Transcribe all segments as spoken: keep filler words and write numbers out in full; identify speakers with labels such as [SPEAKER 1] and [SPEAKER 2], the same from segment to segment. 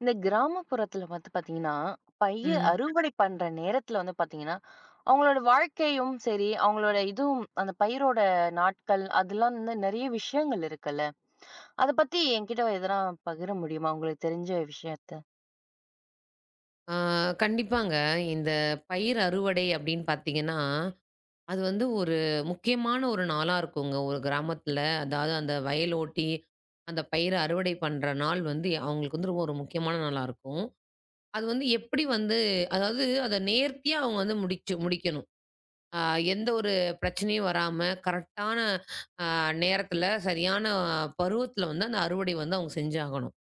[SPEAKER 1] இந்த கிராமப்புறத்துல வந்து பாத்தீங்கன்னா, பயிர்
[SPEAKER 2] ம்.
[SPEAKER 1] அறுவடை பண்ற நேரத்துல வந்து பாத்தீங்கன்னா, அவங்களோட வாழ்க்கையும் சரி, அவங்களோட இதுவும் அந்த பயிரோட நாட்கள், அதெல்லாம் வந்து நெறைய விஷயங்கள் இருக்குல்ல. அத பத்தி என்கிட்ட எதனா பகிர முடியுமா? உங்களுக்கு தெரிஞ்ச விஷயத்த?
[SPEAKER 2] ஆ கண்டிப்பாங்க. இந்த பயிர் அறுவடை அப்படின்னு பார்த்தீங்கன்னா, அது வந்து ஒரு முக்கியமான ஒரு நாளா இருக்குங்க. ஒரு கிராமத்தில அதாவது அந்த வயல் ஓட்டி, அந்த பயிர அறுவடை பண்ற நாள் வந்து அவங்களுக்கு வந்து ரொம்ப ஒரு முக்கியமான நாளா இருக்கும். அது வந்து எப்படி வந்து அதாவது அத நேர்த்தியா அவங்க வந்து முடிச்சு முடிக்கணும். அ எந்த ஒரு பிரச்சனையும் வராம கரெக்டான அ நேரத்தில, சரியான பருவத்தில வந்து அந்த அறுவடை வந்து அவங்க செஞ்சாகணும்.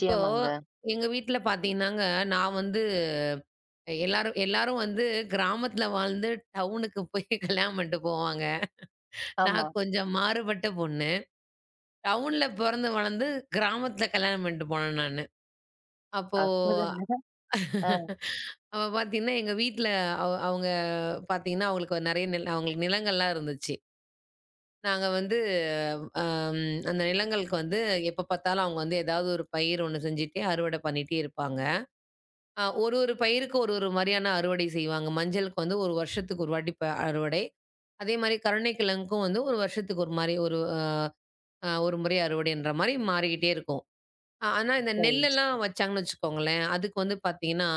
[SPEAKER 2] இப்போ எங்க வீட்ல பார்த்தீங்கன்னாங்க, நான் வந்து எல்லாரும் எல்லாரும் வந்து கிராமத்துல வாழ்ந்து டவுனுக்கு போய் கல்யாணம் பண்ணிட்டு போவாங்க.
[SPEAKER 1] ஆமா.
[SPEAKER 2] நான் கொஞ்சம் மாறுபட்ட பொண்ணு. டவுன்ல பொறந்து வளர்ந்து கிராமத்துல கல்யாணம் பண்ணிட்டு போனேன் நானு. அப்போ
[SPEAKER 1] அற்புதங்க. ஆ.
[SPEAKER 2] அப்ப பார்த்தீங்கன்னா, எங்க வீட்ல அவ அவங்க பார்த்தீங்கன்னா, அவங்களுக்கு நெறைய நில அவங்களுக்கு நிலங்கள்லாம் இருந்துச்சு. நாங்க வந்து அம் அந்த நிலங்களுக்கு வந்து எப்ப பார்த்தாலும் அவங்க வந்து ஏதாவது ஒரு பயிர் ஒண்ணு செஞ்சுட்டே அறுவடை பண்ணிட்டே இருப்பாங்க. அ ஒரு ஒரு பயிருக்கு ஒரு ஒரு மாரியான அறுவடை செய்வாங்க. மஞ்சளுக்கு வந்து ஒரு வருஷத்துக்கு ஒரு வாட்டி ப அறுவடை. அதே மாரி கருணைக்கிழங்குக்கும் வந்து ஒரு வருஷத்துக்கு ஒரு மாரி ஒரு அ அ ஒரு முறை அறுவடைன்ற மாரி மாறிக்கிட்டே இருக்கும். அ ஆனா இந்த
[SPEAKER 1] சரிங்க.
[SPEAKER 2] நெல்லெல்லாம் வச்சாங்கன்னு வச்சுக்கோங்களேன், அதுக்கு வந்து பார்த்தீங்கன்னா,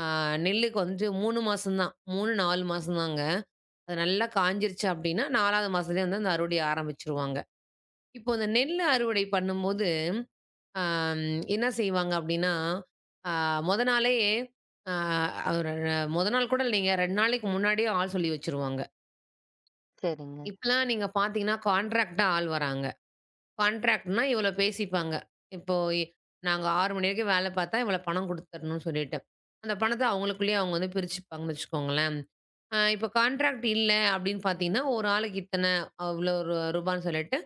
[SPEAKER 2] அ நெல்லுக்கு வந்து மூணு மாசம் தான். மூணு, நாலு மாசம் தாங்க. அது நல்லா காய்ஞ்சிருச்சு அப்டின்னா, நாலாவது மாசத்துலயே வந்து அந்த அறுவடைய ஆரம்பிச்சுருவாங்க. இப்போ இந்த நெல் அறுவடை பண்ணும்போது ஆம், என்ன செய்வாங்க அப்டின்னா, அ மொத நாளே அ ஒரு மொத நாள் கூட இல்லைங்க. ரெண்டு நாளைக்கு முன்னாடியே ஆள் சொல்லி வச்சுருவாங்க.
[SPEAKER 1] சரிங்க.
[SPEAKER 2] இப்பலாம் நீங்க பார்த்தீங்கன்னா, கான்ட்ராக்ட்டா ஆள் வராங்க. கான்ட்ராக்ட்னா இவ்ளோ பேசிப்பாங்க. இப்போ இ- நாங்க ஆறு மணி வரைக்கும் வேல பார்த்தா, இவ்ளோ பணம் குடுத்துரணும்னு சொல்லிட்டு. அந்த பணத்த அவங்களுக்குள்ளேயே அவங்க வந்து பிரிச்சுப்பாங்கன்னு வச்சுக்கோங்களேன். அ இப்ப கான்ட்ராக்ட் இல்ல அப்டின்னு பார்த்தீங்கன்னா, ஒரு ஆளுக்கு இத்தன, அவ்ளோ ரூபான்னு சொல்லிட்டு,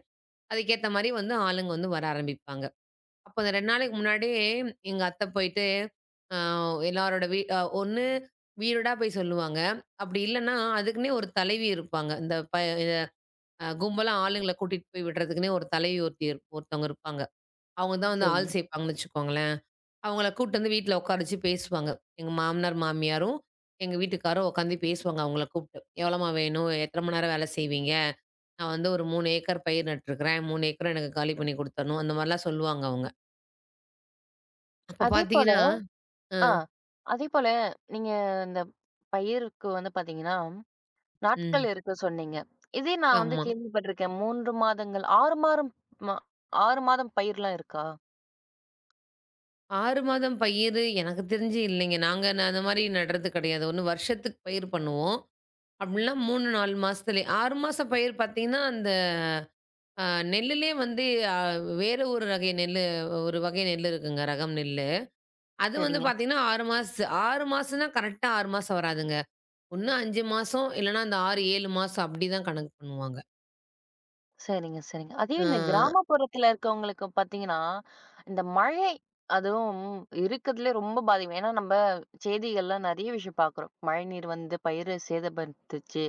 [SPEAKER 2] அதுக்கேத்த மாரி வந்து ஆளுங்க வந்து வர ஆரம்பிப்பாங்க. அப்ப அந்த ரெண்டு நாளைக்கு முன்னாடியே எங்க அத்தை போயிட்டு, அ எல்லாரோட வீ அ ஒண்ணு வீடா போய் சொல்லுவாங்க. அப்படி இல்லன்னா, அதுக்குன்னே ஒரு தலைவி இருப்பாங்க. இந்த ப இத அ கும்பலா ஆளுங்கள கூட்டிட்டு போய் விடுறதுக்குன்னே ஒரு தலைவி ஒருத்தி இரு ஒருத்தவங்க இருப்பாங்க. அவங்க தான் வந்து
[SPEAKER 1] சரிங்க.
[SPEAKER 2] ஆள் சேர்ப்பாங்கன்னு வச்சுக்கோங்களேன். அவங்கள கூட்டு வந்து வீட்ல உட்கார வச்சு பேசுவாங்க. எங்க மாமனார், மாமியாரும் எங்க வீட்டுக்காரும் உட்காந்து பேசுவாங்க அவங்கள கூப்பிட்டு. "எவ்வளோம்மா வேணும்? எத்தன மணி நேரம் வேலை செய்வீங்க? நான் வந்து ஒரு மூணு ஏக்கர் பயிர் நட்டுருக்கிறேன். மூணு ஏக்கரும் எனக்கு காலி பண்ணி குடுத்தரணும்." அந்த மாரிலாம் சொல்லுவாங்க அவங்க. அப்ப
[SPEAKER 1] அதேபோல.
[SPEAKER 2] பார்த்தீங்கன்னா ஆ,
[SPEAKER 1] ஆ, அதேபோல நீங்க இந்த பயிருக்கு வந்து பாத்தீங்கன்னா நாட்கள்
[SPEAKER 2] ம்.
[SPEAKER 1] இருக்கு சொன்னீங்க. இதே நான் வந்து
[SPEAKER 2] ஆமா.
[SPEAKER 1] கேள்விப்பட்டிருக்கேன். மூணு மாதங்கள் ஆறு மாரம் ம ஆறு மாதம் பயிர்லாம் இருக்கா?
[SPEAKER 2] ஆறு மாதம் பயிரு எனக்கு தெரிஞ்சு இல்லைங்க. நாங்க ந அந்த மாரி நடுறது கிடையாது. ஒண்ணு வருஷத்துக்கு பயிர் பண்ணுவோம். அப்படின்னா மூணு, நாலு மாசத்துலயே ஆறு மாச பயிர் பார்த்தீங்கன்னா, அந்த அ நெல்லுலயே வந்து அ வேற ஒரு ரகை நெல்லு ஒரு வகை நெல்லு இருக்குங்க. ரகம் நெல்லு. அது வந்து
[SPEAKER 1] சரிங்க.
[SPEAKER 2] பார்த்தீங்கன்னா ஆறு மாச ஆறு மாசம்னா கரெக்ட்டா ஆறு மாசம் வராதுங்க. ஒண்ணு அஞ்சு மாசம் இல்லன்னா அந்த ஆறு, ஏழு மாசம் அப்படிதான் கணக்கு பண்ணுவாங்க.
[SPEAKER 1] சரிங்க, சரிங்க. அதே இந்த
[SPEAKER 2] ஆ,
[SPEAKER 1] கிராமப்புறத்துல இருக்கவங்களுக்கு பார்த்தீங்கன்னா, இந்த மழை அதுவும் இருக்கிறதுலயே ரொம்ப பாதிக்கும். ஏன்னா, நம்ம செய்திகள்ல நெறைய விஷயம் பார்க்குறோம். மழைநீர் வந்து பயிர சேதப்படுத்துச்சு.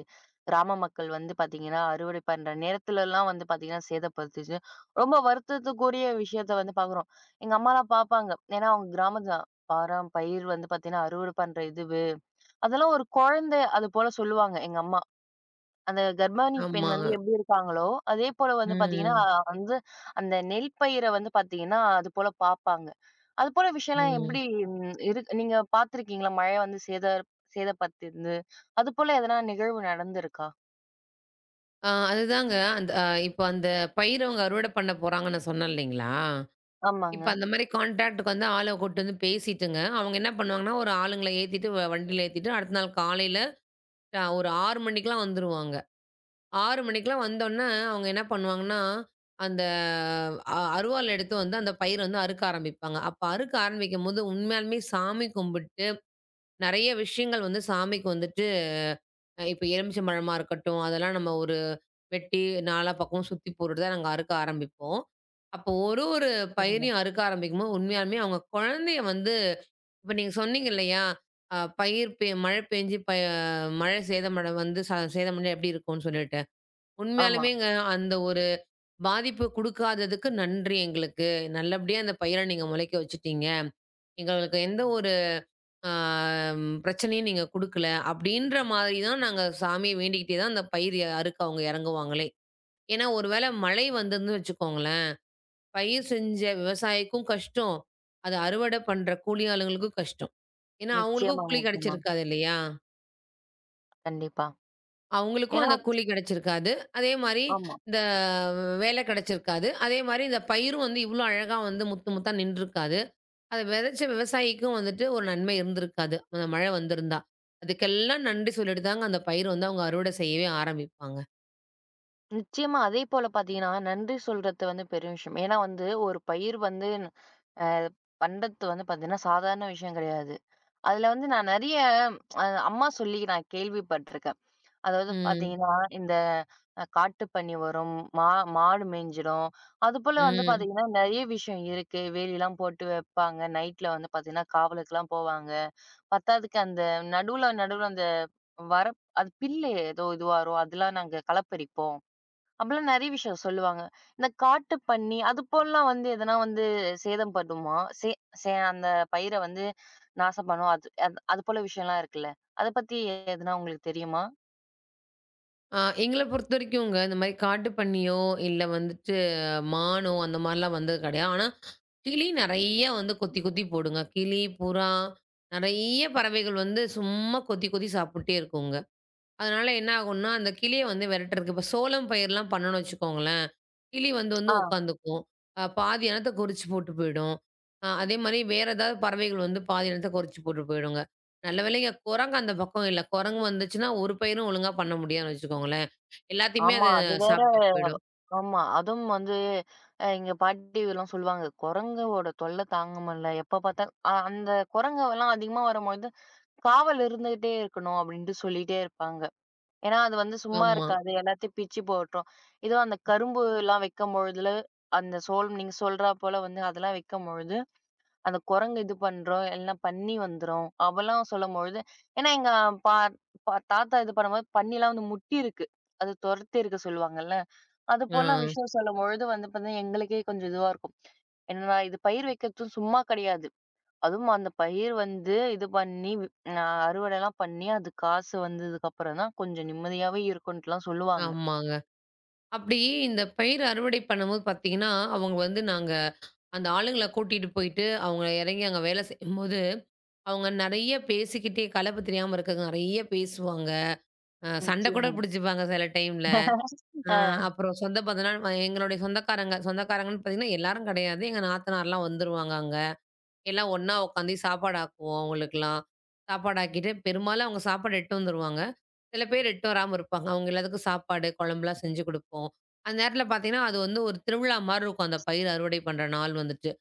[SPEAKER 1] கிராம மக்கள் வந்து பார்த்தீங்கன்னா, அறுவடை பண்ற நேரத்துலலாம் வந்து பார்த்தீங்கன்னா, சேதப்படுத்துச்சு. ரொம்ப வருத்தத்துக்குரிய விஷயத்த வந்து பார்க்குறோம். எங்க அம்மாலாம் பார்ப்பாங்க. ஏன்னா, அவங்க கிராமம் தான். பாரேன் பயிர் வந்து பார்த்தீங்கன்னா, அறுவடை பண்ற இதுவு அதெல்லாம் ஒரு குழந்தை அது போல சொல்லுவாங்க எங்க அம்மா. அந்த கர்ப்பிணி பெண்
[SPEAKER 2] ஆமா.
[SPEAKER 1] வந்து எப்படி இருக்காங்களோ, அதே போல வந்து பார்த்தீங்கன்னா,
[SPEAKER 2] ம்,
[SPEAKER 1] வந்து அந்த நெல் பயிர வந்து பார்த்தீங்கன்னா, அது போல பார்ப்பாங்க. அது போல விஷயம்லாம்
[SPEAKER 2] ம்.
[SPEAKER 1] எப்படி ம் இருக் நீங்க பார்த்துருக்கீங்களா? மழை வந்து சேத சேதப்பட்டிருந்து, அது போல எதனா நிகழ்வு நடந்திருக்கா?
[SPEAKER 2] ஆ அதுதாங்க. அந்த அ இப்ப அந்த பயிர அவங்க அறுவடை பண்ண போறாங்கன்னு நான் சொன்னேன் இல்லைங்களா?
[SPEAKER 1] ஆமாங்க.
[SPEAKER 2] இப்ப அந்த மாரி கான்ட்ராக்ட்க்கு வந்து ஆள கூட்டு வந்து பேசிட்டுங்க, அவங்க என்ன பண்ணுவாங்கன்னா, ஒரு ஆளுங்கள ஏத்திட்டு வ வண்டியில ஏத்திட்டு அடுத்த நாள் காலையில அ ஒரு ஆறு மணிக்கெல்லாம் வந்துருவாங்க. ஆறு மணிக்கெல்லாம் வந்தோனே, அவங்க என்ன பண்ணுவாங்கன்னா, அந்த அ அருவாள் எடுத்து வந்து அந்த பயிர வந்து அறுக்க ஆரம்பிப்பாங்க. அப்ப அறுக்க ஆரம்பிக்கும்போது உண்மையாலுமே சாமி கும்பிட்டு, நெறைய விஷயங்கள் வந்து சாமிக்கு வந்துட்டு அ இப்ப எலுமிச்சம்பழமா இருக்கட்டும், அதெல்லாம் நம்ம ஒரு வெட்டி நாலா பக்கமும் சுத்தி போட்டுட்டு தான் நாங்க அறுக்க ஆரம்பிப்போம். அப்போ ஒரு ஒரு
[SPEAKER 1] சரிங்க.
[SPEAKER 2] பயிரையும் அறுக்க ஆரம்பிக்கும்போது, உண்மையாலுமே அவங்க குழந்தைய வந்து இப்ப நீங்க சொன்னீங்க இல்லையா? அ பயிர் பெ மழை பெஞ்சு ப மழை சேதமட வந்து ச சேதமடைஞ்சா எப்படி இருக்கும்னு சொல்லிட்டு.
[SPEAKER 1] ஆமா.
[SPEAKER 2] உண்மையாலுமேங்க அந்த ஒரு பாதிப்பு குடுக்காததுக்கு நன்றி எங்களுக்கு. நல்லபடியா அந்த பயிர நீங்க முளைக்க வச்சுட்டீங்க. எங்களுக்கு எந்த ஒரு ஆ பிரச்சனையும் நீங்க குடுக்கல. அப்படின்ற மாதிரி தான் நாங்க சாமிய வேண்டிக்கிட்டே தான் அந்த பயிர் ய- அறுக்க அவங்க இறங்குவாங்களே. ஏன்னா, ஒரு வேளை மழை வந்ததுன்னு வச்சுக்கோங்களேன், பயிர் செஞ்ச விவசாயிக்கும் கஷ்டம். அத அறுவடை பண்ற கூலி ஆளுங்களுக்கும் கஷ்டம். ஏன்னா, அவங்களுக்கும்
[SPEAKER 1] நிச்சயமாங்க,
[SPEAKER 2] கூலி
[SPEAKER 1] நிச்சயமா.
[SPEAKER 2] கிடைச்சிருக்காது இல்லையா?
[SPEAKER 1] கண்டிப்பா.
[SPEAKER 2] அவங்களுக்கும்
[SPEAKER 1] ஏன்னா.
[SPEAKER 2] அந்த கூலி கிடைச்சிருக்காது. அதே மாரி
[SPEAKER 1] ஆமா.
[SPEAKER 2] இந்த வேலை கிடைச்சிருக்காது. அதே மாரி இந்த பயிரும் வந்து இவ்ளோ அழகா வந்து முத்து முத்தா நின்றுருக்காது. அத விதைச்ச விவசாயிக்கும் வந்துட்டு ஒரு நன்மை இருந்திருக்காது. அந்த மழை வந்திருந்தா. அதுக்கெல்லாம் நன்றி சொல்லிட்டு தாங்க அந்த பயிர் வந்து அவங்க அறுவடை செய்யவே ஆரம்பிப்பாங்க.
[SPEAKER 1] நிச்சயமா. அதே போல பார்த்தீங்கன்னா, நன்றி சொல்றது வந்து பெரிய விஷயம். ஏன்னா வந்து ஒரு பயிர் வந்து அ பண்றது வந்து பார்த்தீங்கன்னா, சாதாரண விஷயம் கிடையாது. அதுல வந்து நான் நெறைய அ அம்மா சொல்லி நான் கேள்விப்பட்டுருக்கேன். அதாவது
[SPEAKER 2] ம்.
[SPEAKER 1] பார்த்தீங்கன்னா, இந்த அ காட்டுப்பன்னி வரும், மா மாடு மேய்ஞ்சிடும். அதுபோல வந்து
[SPEAKER 2] ம்.
[SPEAKER 1] பார்த்தீங்கன்னா, நெறைய விஷயம் இருக்கு. வேலிலாம் போட்டு வைப்பாங்க. நைட்ல வந்து பார்த்தீங்கன்னா, காவலுக்குலாம் போவாங்க. பத்தாததுக்கு அந்த நடுவுல நடுவுல அந்த வர அது பில்லு ஏதோ இதுவா வரும். அதெல்லாம் நாங்க களப்பறிப்போம். அப்பலாம் நெறைய விஷயம் சொல்லுவாங்க. இந்த காட்டு பன்னி, அது போலலாம் வந்து எதனா வந்து சேதம் பண்ணுமா? சே சே அந்த பயிர வந்து நாசம் பண்ணும். அது அது அது போல விஷயம்லாம் இருக்குல்ல. அத பத்தி எதுனா உங்களுக்கு தெரியுமா?
[SPEAKER 2] ஆ எங்கள பொறுத்தவரைக்குங்க, இந்த மாரி காட்டு பன்னியோ, இல்ல வந்துட்டு மானோ அந்த மாரிலாம் வந்தது கிடையாது. ஆனா, கிளி நெறைய வந்து கொத்தி கொத்தி போடுங்க. கிளி, புறா நெறைய பறவைகள் வந்து சும்மா கொத்தி கொத்தி சாப்புட்டே இருக்குங்க. அதனால என்ன ஆகும்னா, அந்த கிளிய வந்து விரட்டுறதுக்கு இப்ப சோளம் பயிர்லாம் பண்ணோம்னு வச்சுக்கோங்களேன், கிளி வந்து வந்து
[SPEAKER 1] ஆ,
[SPEAKER 2] உட்காந்துக்கும். அ பாதி இனத்த கொறிச்சு போட்டு போயிடும். அ அதே மாரி வேற ஏதாவது பறவைகள் வந்து பாதி இனத்த கொறிச்சு போட்டு போயிடுங்க. நல்ல வேளைங்க குரங்கு அந்த பக்கம் இல்ல. குரங்கு வந்துச்சுன்னா, ஒரு பயிரும் ஒழுங்கா பண்ண முடியாதுன்னு வச்சுக்கோங்களேன். எல்லாத்தையுமே
[SPEAKER 1] ஆமா.
[SPEAKER 2] அது
[SPEAKER 1] அது வேற.
[SPEAKER 2] சாப்பிட்டு போயிடும்.
[SPEAKER 1] ஆமா. அதுவும் வந்து அ எங்க பாட்டிலாம் சொல்லுவாங்க. குரங்கோட தொல்ல தாங்க முடியல. எப்ப பார்த்தாலும் அ அந்த குரங்கெல்லாம் அதிகமா வரும்போது, காவல் இருந்துகிட்டே இருக்கணும் அப்டின்ட்டு சொல்லிட்டே இருப்பாங்க. ஏன்னா, அது வந்து சும்மா
[SPEAKER 2] ஆமா.
[SPEAKER 1] இருக்காது. எல்லாத்தையும் பிச்சு போட்டுரும். இதோ அந்த கரும்புலாம் வைக்கும்பொழுதுல, அந்த சோளம் நீங்க சொல்றா போல வந்து அதெல்லாம் வைக்கும்பொழுது, அந்த குரங்கு இது பண்ரும். இல்லன்னா பன்னி வந்துரும். அவெல்லாம் சொல்லும்பொழுது ஏன்னா எங்க பா பா தாத்தா இது பண்ணும்போது பன்னிலாம் வந்து முட்டியிருக்கு. அது துரத்தியிருக்கு சொல்லுவாங்கல்ல. அது
[SPEAKER 2] ஆ.
[SPEAKER 1] போல விஷயம் சொல்லும்பொழுது வந்து பார்த்தீங்கன்னா, எங்களுக்கே கொஞ்சம் இதுவா இருக்கும். என்னடா இது பயிர் வைக்கிறது சும்மா கிடையாது. அதுவும் அந்த பயிர் வந்து இது பண்ணி வி அ அறுவடைலாம் பண்ணி, அது காசு வந்ததுக்கப்புறம் தான் கொஞ்சம் நிம்மதியாவே இருக்குன்ட்டுலாம் சொல்லுவாங்க.
[SPEAKER 2] ஆமாங்க. அப்படி இந்த பயிர் அறுவடை பண்ணும்போது பார்த்தீங்கன்னா, அவங்க வந்து நாங்க அந்த ஆளுங்கள கூட்டிட்டு போயிட்டு, அவங்க இறங்கி அங்க வேலை செய்யும்போது அவங்க நெறைய பேசிக்கிட்டே கலப்பு தெரியாம இருக்கங்க. நெறைய பேசுவாங்க. அ சண்டை கூட
[SPEAKER 1] நிச்சயமா.
[SPEAKER 2] பிடிச்சுப்பாங்க சில டைம்ல. அ
[SPEAKER 1] ஆ,
[SPEAKER 2] அப்புறம் சொந்த பந்தம்னா எங்களுடைய சொந்தக்காரங்க சொந்தக்காரங்கன்னு பார்த்தீங்கன்னா, எல்லாரும் கெடையாது. எங்க நாத்தனார்லாம் வந்துருவாங்க அங்க. எல்லாம் ஒண்ணா உட்காந்து சாப்பாடு ஆக்குவோம் அவங்களுக்கெல்லாம். சாப்பாடு ஆக்கிட்டு பெரும்பாலும் அவங்க சாப்பாடு எடுத்துட்டு வந்துருவாங்க. சில பேர் எடுத்துட்டு வராம இருப்பாங்க. அவங்க எல்லாத்துக்கும் சாப்பாடு, குழம்புலாம் செஞ்சு குடுப்போம். அந்த நேரத்தில பார்த்தீங்கன்னா, அது வந்து ஒரு திருவிழா மாரி இருக்கும். அந்த பயிர் அறுவடை பண்ற நாள் வந்துட்டு.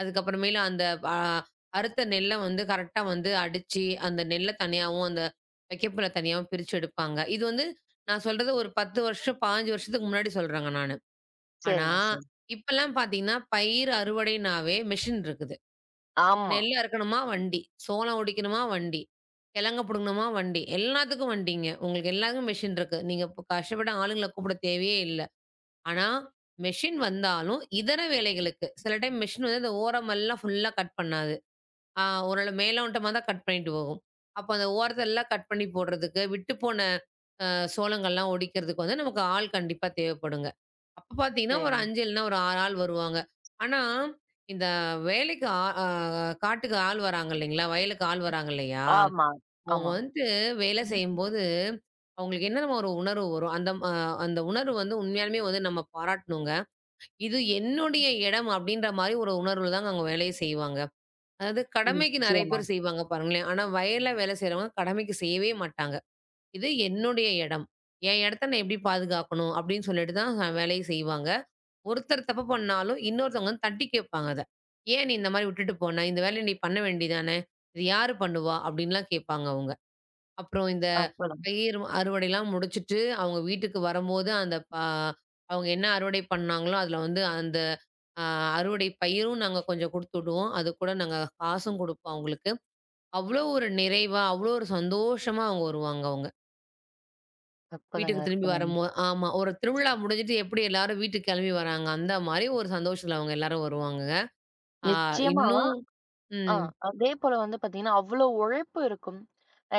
[SPEAKER 2] அதுக்கப்புறமேலு அந்த அ அறுத்த நெல்ல வந்து கரெக்ட்டா வந்து அடிச்சு, அந்த நெல்ல தனியாவும், அந்த வைக்கப்புல தனியாவும் பிரிச்சு எடுப்பாங்க. இது வந்து நான் சொல்றது ஒரு பத்து வருஷம், பதினஞ்சு வருஷத்துக்கு முன்னாடி சொல்றேங்க நானு. ஆனா,
[SPEAKER 1] சரிங்க, சரி.
[SPEAKER 2] இப்பலாம் பார்த்தீங்கன்னா, பயிர் அறுவடைனாவே மெஷின் இருக்குது.
[SPEAKER 1] ஆமா.
[SPEAKER 2] நெல் அறுக்கணுமா வண்டி, சோளம் உடிக்கணுமா வண்டி, கிழங்க புடுங்கணுமா வண்டி, எல்லாத்துக்கும் வண்டிங்க. உங்களுக்கு எல்லாத்துக்கும் மெஷின் இருக்கு. நீங்க இப்ப கஷ்டப்பட்டு ஆளுங்கள கூப்பிட தேவையே இல்ல. ஆனா, மெஷின் வந்தாலும் இதர வேலைகளுக்கு சில டைம் மெஷின் வந்து அந்த ஓரமெல்லாம் ஃபுல்லா கட் பண்ணாது. ஆ ஓரளவு மேலோட்டமா தான் கட் பண்ணிட்டு போகும். அப்போ அந்த ஓரத்தெல்லாம் கட் பண்ணி போடுறதுக்கு, விட்டுப்போன அ சோளங்கள்லாம் ஒடிக்கிறதுக்கு வந்து நமக்கு ஆள் கண்டிப்பா தேவைப்படுங்க. அப்ப பார்த்தீங்கன்னா, ஒரு
[SPEAKER 1] சரிங்க.
[SPEAKER 2] அஞ்சு இல்லன்னா ஒரு ஆறு ஆள் வருவாங்க. ஆனா, இந்த வேலைக்கு ஆ அ காட்டுக்கு ஆள் வராங்க இல்லைங்களா? வயலுக்கு ஆள் வராங்க இல்லையா?
[SPEAKER 1] ஆமா,
[SPEAKER 2] அவங்க
[SPEAKER 1] ஆமா.
[SPEAKER 2] வந்துட்டு வேலை
[SPEAKER 1] ம்.
[SPEAKER 2] செய்யும்போது, அவங்களுக்கு என்ன நம்ம ஒரு உணர்வு வரும். அந்த அ அந்த உணர்வு வந்து உண்மையாலுமே வந்து நம்ம பாராட்டணுங்க. "இது என்னுடைய இடம்" அப்படின்ற மாரி ஒரு உணர்வுல தாங்க அவங்க வேலையே செய்வாங்க. அதாவது கடமைக்கு நெறைய
[SPEAKER 1] நிச்சயமா.
[SPEAKER 2] பேர் செய்வாங்க பாருங்களேன். ஆனா வயல்ல வேலை செய்றவங்க கடமைக்கு செய்யவே மாட்டாங்க. இது என்னுடைய இடம். என் இடத்த நான் எப்படி பாதுகாக்கணும் அப்படின்னு சொல்லிட்டு தான் அ வேலைய செய்வாங்க. ஒருத்தர் தப்பு பண்ணாலும் இன்னொருத்தவங்க வந்து தட்டி கேட்பாங்க அத. "ஏன் நீ இந்த மாரி விட்டுட்டு போன? இந்த வேலைய நீ பண்ண வேண்டியது தானே? இது யாரு பண்ணுவா?" அப்படின்லாம் கேட்பாங்க அவங்க. அப்புறம் இந்த
[SPEAKER 1] அற்புதம்.
[SPEAKER 2] பயிர் அறுவடைலாம் முடிச்சுட்டு, அவங்க வீட்டுக்கு வரும்போது, அந்த ப அவங்க என்ன அறுவடை பண்ணாங்களோ, அதில வந்து அந்த அ அறுவடை பயிரும் நாங்க கொஞ்சம் குடுத்துடுவோம். அதுக்கூட நாங்க காசும் குடுப்போம் அவங்களுக்கு. அவ்ளோ ஒரு நிறைவா, அவ்ளோ ஒரு சந்தோஷமா அவங்க வருவாங்க அவங்க.
[SPEAKER 1] அற்புதங்க,
[SPEAKER 2] வீட்டுக்கு திரும்பி
[SPEAKER 1] அற்புதங்க.
[SPEAKER 2] வரும்போ ஆமா. ஒரு திருவிழா முடிஞ்சுட்டு எப்படி எல்லாரும் வீட்டுக்கு கெளம்பி வராங்க, அந்த மாரி ஒரு சந்தோஷத்தில அவங்க எல்லாரும் வருவாங்கங்க. ஆ
[SPEAKER 1] நிச்சயமா.
[SPEAKER 2] இன்னும்
[SPEAKER 1] ஆ,
[SPEAKER 2] ம்.
[SPEAKER 1] அதே போல வந்து பாத்தீங்கன்னா, அவ்ளோ உழைப்பு இருக்கும்.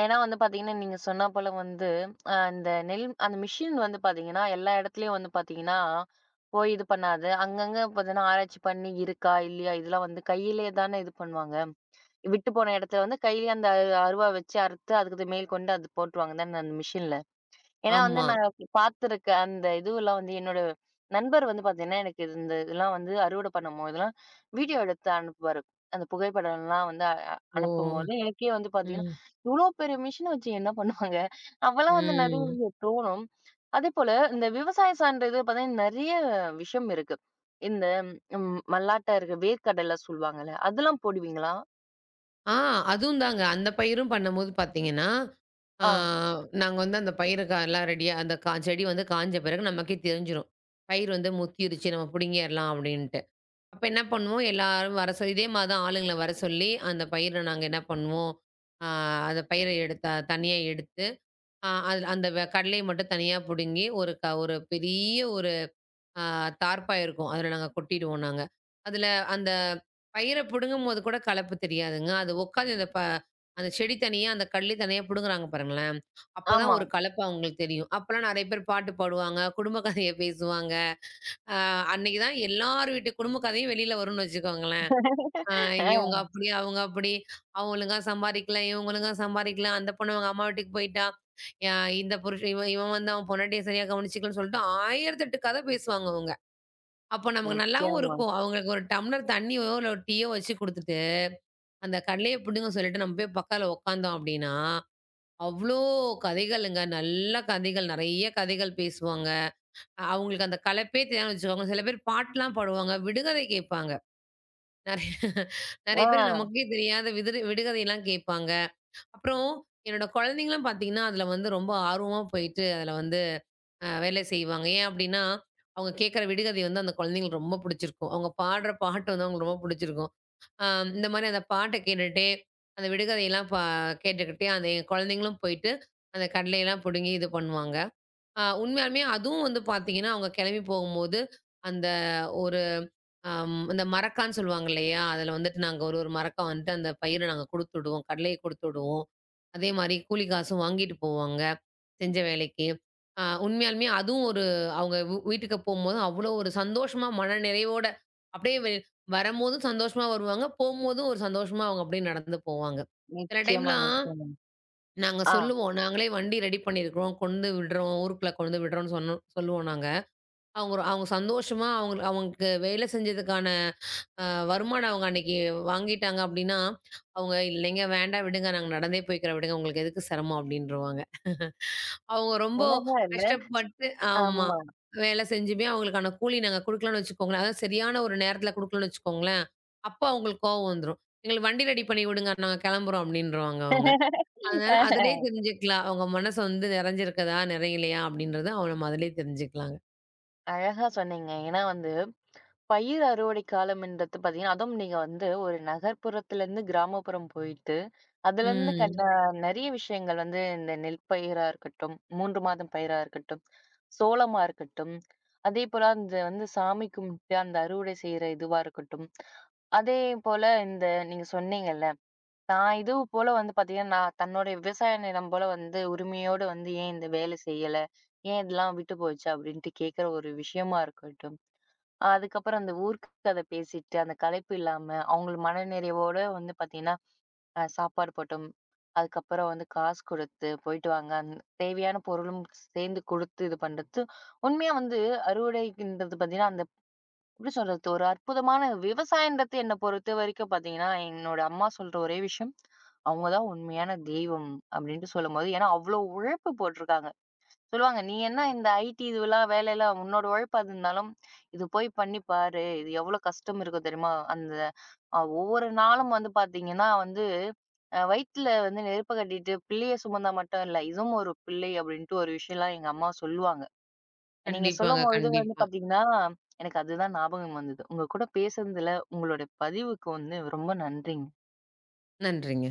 [SPEAKER 1] ஏன்னா வந்து பாத்தீங்கன்னா, நீங்க சொன்னா போல வந்து அ இந்த நெல் அந்த மிஷின் வந்து பாத்தீங்கன்னா, எல்லா இடத்துலயும் வந்து பாத்தீங்கன்னா, போய் இது பண்ணாது. அங்கங்க பாத்தீங்கன்னா, ஆராய்ச்சி பண்ணி இருக்கா, இல்லையா இதெல்லாம் வந்து கையிலேயே தானே இது பண்ணுவாங்க. விட்டு போன இடத்துல வந்து கையிலேயே அந்த அருவா வச்சு அறுத்து, அதுக்கு மேல் கொண்டு அது போட்டுருவாங்க தானே அந்த மிஷின்ல. ஏன்னா வந்து
[SPEAKER 2] ஆமா.
[SPEAKER 1] நான் பார்த்துருக்க அந்த இதுவெல்லாம் வந்து என்னோட நண்பர் வந்து பார்த்தீங்கன்னா, எனக்கு இது- இந்த இதெல்லாம் வந்து அறுவடை பண்ணும்போதெல்லாம் வீடியோ எடுத்து அனுப்புவாரு. அந்த புகைப்படம்லாம் வந்து அ அ-
[SPEAKER 2] ஓ!
[SPEAKER 1] அனுப்பும்போது எனக்கே வந்து பார்த்தீங்கன்னா,
[SPEAKER 2] ம்.
[SPEAKER 1] இவ்ளோ பெரிய மிஷின வச்சு என்ன பண்ணுவாங்க? அப்பலாம் வந்து
[SPEAKER 2] ம்.
[SPEAKER 1] நெறைய தோணும். அதேபோல இந்த விவசாயம் சார்ந்த இது பார்த்தீங்கன்னா, நெறைய விஷயம் இருக்கு. இந்த ம் மல்லாட்டை இருக்க வேர்க்கடலை சொல்லுவாங்கல்ல, அதெல்லாம் போடுவீங்களா?
[SPEAKER 2] ஆ அதுவும் தாங்க. அந்த பயிரும் பண்ணும்போது பார்த்தீங்கன்னா, ஆ
[SPEAKER 1] ஆ.
[SPEAKER 2] நாங்க வந்து அந்த பயிர க எல்லாம் ரெடியா அந்த கா செடி வந்து காஞ்ச பிறகு நமக்கே தெரிஞ்சிரும். பயிர் வந்து முத்திருச்சு, நம்ம புடுங்கிரலாம் அப்டின்ட்டு. அப்ப என்ன பண்ணுவோம், எல்லாரும் வர சொல்லி இதே மாரி தான் ஆளுங்கள வர சொல்லி, அந்த பயிர நாங்க என்ன பண்ணுவோம், ஆ அந்த பயிர எடுத்து தனியா எடுத்து, ஆ அது அந்த வ கடலைய மட்டும் தனியா புடுங்கி, ஒரு க ஒரு பெரிய ஒரு ஆ தார்ப்பாய் இருக்கும். அதில நாங்க கொட்டிடுவோம் நாங்க. அதில அந்த பயிர பிடுங்கும்போது கூட கலப்பு தெரியாதுங்க. அது உட்காந்து அந்த ப அந்த செடி தனியா, அந்த கள்ளி தனியா பிடுங்குறாங்க பாருங்களேன்! அப்பதான்
[SPEAKER 1] ஆமா.
[SPEAKER 2] ஒரு கலப்பு அவங்களுக்கு தெரியும். அப்பலாம் நெறைய பேர் பாட்டு பாடுவாங்க, குடும்ப கதைய பேசுவாங்க. ஆ அன்னைக்கு தான் எல்லார் வீட்டு குடும்ப கதையும் வெளில வரும்னு வச்சுக்கோங்களேன். ஆ இவங்க
[SPEAKER 1] ஆ.
[SPEAKER 2] அப்படி, அவங்க அப்படி. அவன் ஒழுங்கா சம்பாரிக்கல, இவன் ஒழுங்கா சம்பாரிக்கல. அந்த பொண்ணு அவங்க அம்மா வீட்டுக்கு போயிட்டா. யா இந்த புருஷன் இவன் இவன் வந்து அவன் பொண்டாட்டிய சரியா கவனிச்சுக்கலன்னு சொல்லிட்டு ஆயிரத்து எட்டு கத பேசுவாங்க அவங்க. அப்போ நமக்கு நல்லாவும்
[SPEAKER 1] நிச்சயமா.
[SPEAKER 2] இருக்கும். அவங்களுக்கு ஒரு டம்ளர் தண்ணியோ, இல்ல ஒரு டீயோ வச்சு குடுத்துட்டு, அந்த கடலைய புடுங்க சொல்லிட்டு நம்ம போய் பக்கத்துல உட்காந்தோம் அப்படின்னா, அவ்ளோ கதைகளுங்க. நல்ல கதைகள், நெறைய கதைகள் பேசுவாங்க. அ- அவங்களுக்கு அந்த கலப்பே தெரியாதுன்னு வச்சுக்கோங்க. சில பேர் பாட்டுலாம் பாடுவாங்க. விடுகதை கேட்பாங்க. நெறைய
[SPEAKER 1] ஆ,
[SPEAKER 2] நெறைய பேர் நமக்கே தெரியாத விதுரு விடுகதைலாம் கேட்பாங்க. அப்புறம் என்னோட குழந்தைங்களும் பார்த்தீங்கன்னா, அதுல வந்து ரொம்ப ஆர்வமா போயிட்டு, அதுல வந்து அ வேலை செய்வாங்க. ஏன் அப்டின்னா, அவங்க கேட்கற விடுகதை வந்து அந்த குழந்தைங்களுக்கு ரொம்ப புடிச்சிருக்கும். அவங்க பாடுற பாட்டு வந்து அவங்களுக்கு ரொம்ப புடிச்சிருக்கும். அ இந்த மாரி அந்த பாட்ட கேட்டுட்டே, அந்த விடுகதையெல்லாம் பா கேட்டுக்கிட்டே, அந்த குழந்தைங்களும் போயிட்டு, அந்த கடலையெல்லாம் புடுங்கி இது பண்ணுவாங்க. அ உண்மையாலுமே அதுவும் வந்து பார்த்தீங்கன்னா, அவங்க கிளம்பி போகும்போது, அந்த ஒரு அம் இந்த மரக்கான்னு சொல்லுவாங்க இல்லையா? அதில வந்துட்டு நாங்க ஒரு ஒரு மரக்கா வந்துட்டு அந்த பயிர நாங்க குடுத்து விடுவோம். கடலைய குடுத்து விடுவோம். அதே மாரி கூலி காசும் வாங்கிட்டு போவாங்க, செஞ்ச வேலைக்கு. அ உண்மையாலுமே அதுவும் ஒரு அவங்க வ் வீட்டுக்கு போம்போது அவ்வளோ ஒரு சந்தோஷமா, மன நிறைவோட அப்படியே வெ வரம்போதும் சந்தோஷமா வருவாங்க. போம்போதும் ஒரு சந்தோஷமா அவங்க அப்படியே நடந்து போவாங்க. சில
[SPEAKER 1] நிச்சயமாங்க,
[SPEAKER 2] டைம்லாம்
[SPEAKER 1] நிச்சயமா.
[SPEAKER 2] நாங்க
[SPEAKER 1] ஆ.
[SPEAKER 2] சொல்லுவோம், "நாங்களே வண்டி ரெடி பண்ணியிருக்கிறோம். கொண்டு விடுறோம். ஊருக்குள்ள கொண்டு விடுறோம்ன்னு" சொன்னோ சொல்லுவோம் நாங்க. அவங்க ஒரு- அவங்க சந்தோஷமா அவங்க அவங்களுக்கு வேலை செஞ்சதுக்கான அ வருமானம் அவங்க அன்னைக்கு வாங்கிட்டாங்க அப்டின்னா, அவங்க "இல்லைங்க, வேண்டாம் விடுங்க. நாங்க நடந்தே போய்க்கிறோம் விடுங்க. உங்களுக்கு எதுக்கு சிரமம்" அப்டின்ருவாங்க. அவங்க ரொம்ப
[SPEAKER 1] அழகா இல்ல?
[SPEAKER 2] கஷ்டப்பட்டு ஆமா.
[SPEAKER 1] ஆமா.
[SPEAKER 2] வேலை செஞ்சுமே அவங்களுக்கான கூலி நாங்க குடுக்கலன்னு வச்சுக்கோங்களேன், அதாவது சரியான ஒரு நேரத்தில குடுக்கலன்னு வச்சுக்கோங்களேன், அப்ப அவங்களுக்கு கோவம் வந்துரும். "எங்களுக்கு வண்டி ரெடி பண்ணி விடுங்க. நாங்க கிளம்புறோம்" அப்டின்ருவாங்க அவங்க. அதனால அதிலயே தெரிஞ்சுக்கலாம். அவங்க மனசு வந்து நெறஞ்சிருக்குதா, நெறையலையா அப்டின்றத அவ நம்ம அதிலயே தெரிஞ்சுக்கலாங்க.
[SPEAKER 1] அழகா சொன்னீங்க. ஏன்னா வந்து பயிர் அறுவடை காலம்ன்றது பார்த்தீங்கன்னா, அதுவும் நீங்க வந்து ஒரு நகர்ப்புறத்துலருந்து கிராமப்புறம் போயிட்டு, அதுலருந்து கண்ட
[SPEAKER 2] ம்.
[SPEAKER 1] நெறைய விஷயங்கள் வந்து இந்த நெல் பயிரா இருக்கட்டும், மூணு மாதம் பயிரா இருக்கட்டும், சோளமா இருக்கட்டும், அதேபோல அந்த வந்து சாமி கும்பிட்டு அந்த அறுவடை செய்ற இதுவா இருக்கட்டும். அதேபோல இந்த நீங்க சொன்னீங்கல்ல நான் இது போல வந்து பார்த்தீங்கன்னா, நான் தன்னுடைய விவசாய நிலம் போல வந்து உரிமையோடு வந்து ஏன் இந்த வேலை செய்யல? ஏன் இதெல்லாம் விட்டு போச்சு? அப்படின்ட்டு கேட்கிற ஒரு விஷயமா இருக்கட்டும். ஆஹ் அதுக்கப்புறம் அந்த ஊர்க்கத பேசிட்டு, அந்த களைப்பு இல்லாம, அவங்கள மனநிறைவோட வந்து பார்த்தீங்கன்னா, அ சாப்பாடு போட்டோம். அதுக்கப்புறம் வந்து காசு குடுத்து, போயிட்டு வாங்க. அந் தேவையான பொருளும் சேர்ந்து குடுத்து இது பண்றது. உண்மையா வந்து அறுவடைக்குன்றது பார்த்தீங்கன்னா, அந்த எப்படி சொல்றது? ஒரு அற்புதமான விவசாயன்றது என்ன பொறுத்த வரைக்கும் பார்த்தீங்கன்னா, என்னோட அம்மா சொல்ற ஒரே விஷயம், "அவங்க தான் உண்மையான தெய்வம்" அப்படின்ட்டு சொல்லும்போது, ஏன்னா அவ்ளோ உழைப்பு போட்டிருக்காங்க. சொல்லுவாங்க, "நீ என்ன இந்த ஐடி இதுவெல்லாம் வேலையெல்லாம் உன்னோட உழைப்பு அது இருந்தாலும், இது போய் பண்ணி பாரு. இது எவ்ளோ கஷ்டம் இருக்கும் தெரியுமா?" அந்த அ ஒவ்வொரு நாளும் வந்து பார்த்தீங்கன்னா வந்து, அ வயித்துல வந்து நெருப்ப கட்டிட்டு பிள்ளைய சுமந்தா மட்டும் இல்ல, "இதுவும் ஒரு பிள்ளை" அப்படின்ட்டு ஒரு விஷயம்லாம் எங்க அம்மா சொல்லுவாங்க. நீங்க
[SPEAKER 2] கண்டிப்பாங்க,
[SPEAKER 1] சொல்லும்பொழுது வந்து
[SPEAKER 2] கண்டிப்பா.
[SPEAKER 1] பாத்தீங்கன்னா, எனக்கு அதுதான் ஞாபகம் வந்தது. உங்க கூட பேசுனதுல, உங்களோட பதிவுக்கு வந்து ரொம்ப நன்றிங்க.
[SPEAKER 2] நன்றிங்க.